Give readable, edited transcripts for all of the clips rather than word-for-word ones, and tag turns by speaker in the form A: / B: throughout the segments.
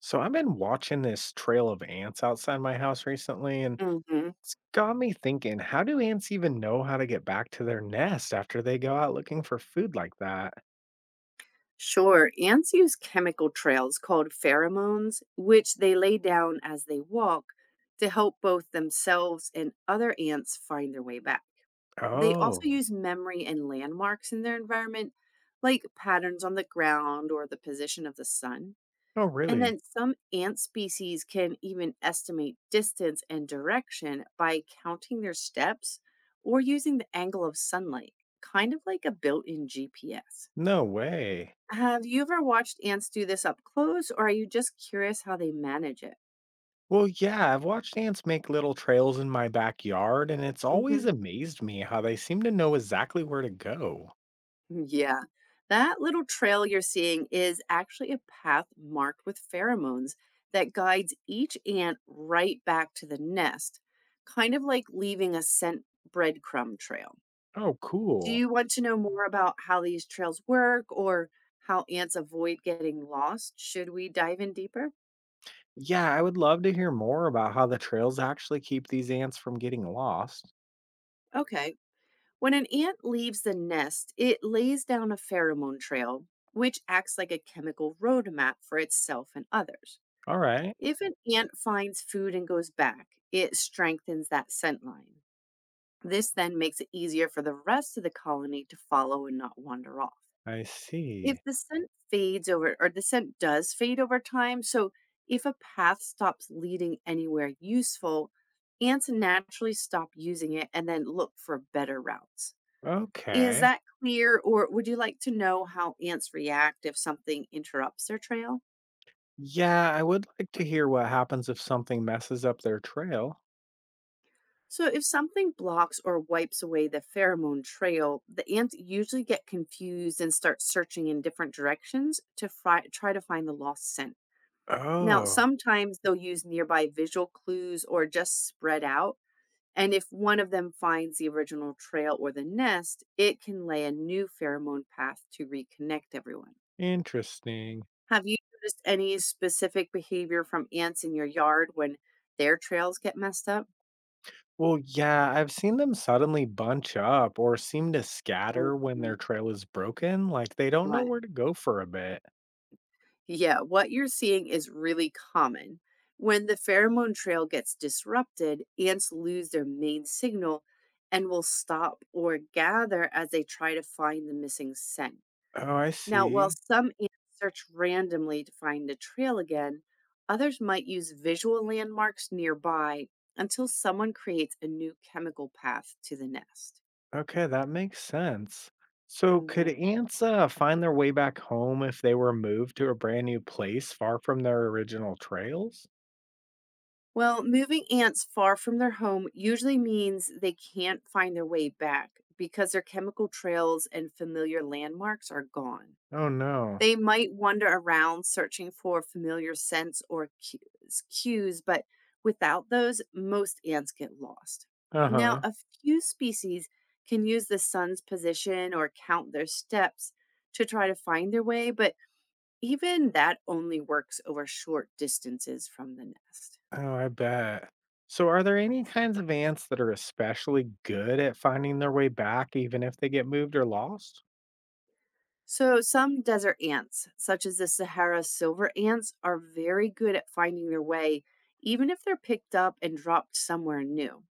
A: So I've been watching this trail of ants outside my house recently, and
B: Mhm.
A: it's got me thinking, how do ants even know how to get back to their nest after they go out looking for food like that?
B: Sure. Ants use chemical trails called pheromones, which they lay down as they walk to help both themselves and other ants find their way back. They also
A: Oh,
B: use memory and landmarks in their environment, like patterns on the ground or the position of the sun.
A: oh,
B: And
A: really?
B: then some ant species can even estimate distance and direction by counting their steps or using the angle of sunlight, kind of like a built in GPS.
A: No way.
B: Have you ever watched ants do this up close, or are you just curious how they manage it?
A: Well, yeah, I've watched ants make little trails in my backyard, and it's always
B: Hmm,
A: amazed me how they seem to know exactly where to go.
B: yeah, that little trail you're seeing is actually a path marked with pheromones that guides each ant right back to the nest, kind of like leaving a scent breadcrumb trail.
A: Oh,
B: Do
A: cool.
B: you want to know more about how these trails work or how ants avoid getting lost? Should we dive in deeper?
A: Yeah, I would love to hear more about how the trails actually keep these ants from getting lost.
B: Okay, when an ant leaves the nest, it lays down a pheromone trail, which acts like a chemical roadmap for itself and others.
A: All right,
B: If an ant finds food and goes back, it strengthens that scent line. This then makes it easier for the rest of the colony to follow and not wander off.
A: I
B: If
A: see.
B: the scent fades over, or the scent does fade over time, so if a path stops leading anywhere useful, ants naturally stop using it and then look for better routes. Is
A: Okay.
B: that clear, or would you like to know how ants react if something interrupts their trail?
A: Yeah, I would like to hear what happens if something messes up their trail.
B: So, if something blocks or wipes away the pheromone trail, the ants usually get confused and start searching in different directions to try to find the lost scent. Now,
A: Oh,
B: sometimes they'll use nearby visual clues or just spread out. And if one of them finds the original trail or the nest, it can lay a new pheromone path to reconnect everyone.
A: interesting.
B: Have you noticed any specific behavior from ants in your yard when their trails get messed up?
A: Well, yeah, I've seen them suddenly bunch up or seem to scatter when
B: Mhm.
A: their trail is broken, like they don't know
B: What?
A: where to go for a bit.
B: Yeah, what you're seeing is really common. When the pheromone trail gets disrupted, ants lose their main signal and will stop or gather as they try to find the missing scent.
A: Oh, I
B: Now, while
A: see.
B: some ants search randomly to find a trail again, others might use visual landmarks nearby until someone creates a new chemical path to the nest.
A: Okay, that makes sense. So, could
B: hmm
A: ants find their way back home if they were moved to a brand new place far from their original trails?
B: Well, moving ants far from their home usually means they can't find their way back because their chemical trails and familiar landmarks are gone.
A: Oh, no.
B: They might wander around searching for familiar scents or cues, but without those, most ants get lost.
A: Uh
B: Now,
A: huh.
B: a few species can use the sun's position or count their steps to try to find their way, but even that only works over short distances from the nest.
A: Oh, I bet. So, are there any kinds of ants that are especially good at finding their way back, even if they get moved or lost?
B: So, some desert ants, such as the Sahara silver ants, are very good at finding their way, even if they're picked up and dropped somewhere new.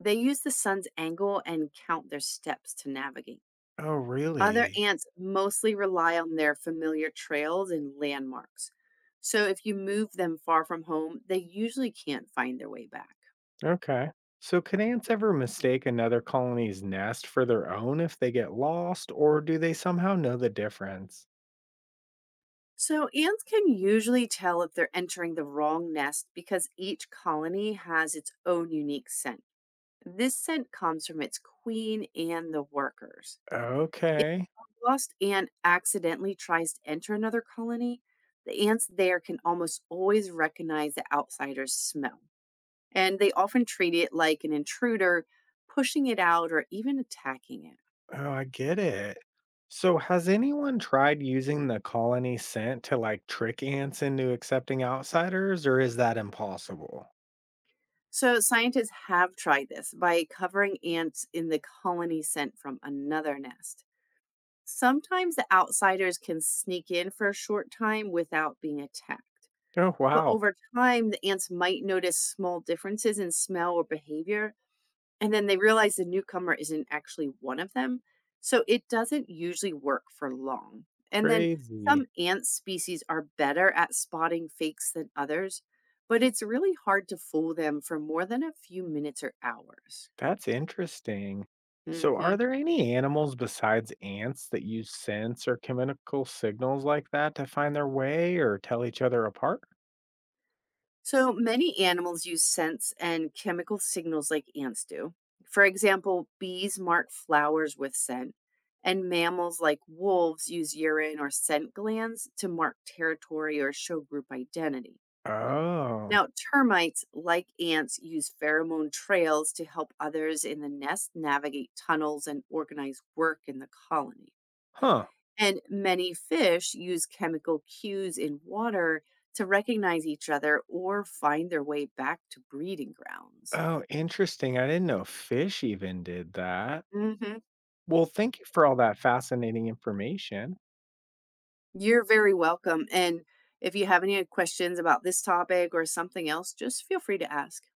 B: They use the sun's angle and count their steps to navigate.
A: Oh,
B: Other
A: really?
B: ants mostly rely on their familiar trails and landmarks. So if you move them far from home, they usually can't find their way back.
A: Okay. So, could ants ever mistake another colony's nest for their own if they get lost, or do they somehow know the difference?
B: So ants can usually tell if they're entering the wrong nest because each colony has its own unique scent. This scent comes from its queen and the workers. If
A: Okay.
B: a lost ant accidentally tries to enter another colony, the ants there can almost always recognize the outsider's smell, and they often treat it like an intruder, pushing it out or even attacking it.
A: Oh, I get it. So, has anyone tried using the colony scent to like trick ants into accepting outsiders, or is that impossible?
B: So, scientists have tried this by covering ants in the colony scent from another nest. Sometimes the outsiders can sneak in for a short time without being attacked.
A: Oh,
B: But
A: wow.
B: over time, the ants might notice small differences in smell or behavior. And then they realize the newcomer isn't actually one of them, so it doesn't usually work for long. And then some
A: Crazy.
B: ant species are better at spotting fakes than others, but it's really hard to fool them for more than a few minutes or hours.
A: That's interesting. So,
B: hmm
A: are there any animals besides ants that use scents or chemical signals like that to find their way or tell each other apart?
B: So many animals use scents and chemical signals like ants do. For example, bees mark flowers with scent, and mammals like wolves use urine or scent glands to mark territory or show group identity.
A: Oh,
B: Now, termites, like ants, use pheromone trails to help others in the nest navigate tunnels and organize work in the colony.
A: huh.
B: And many fish use chemical cues in water to recognize each other or find their way back to breeding grounds.
A: Oh, interesting. I didn't know fish even did that.
B: hmm
A: Well, thank you for all that fascinating information.
B: You're very welcome. And if you have any questions about this topic or something else, just feel free to ask.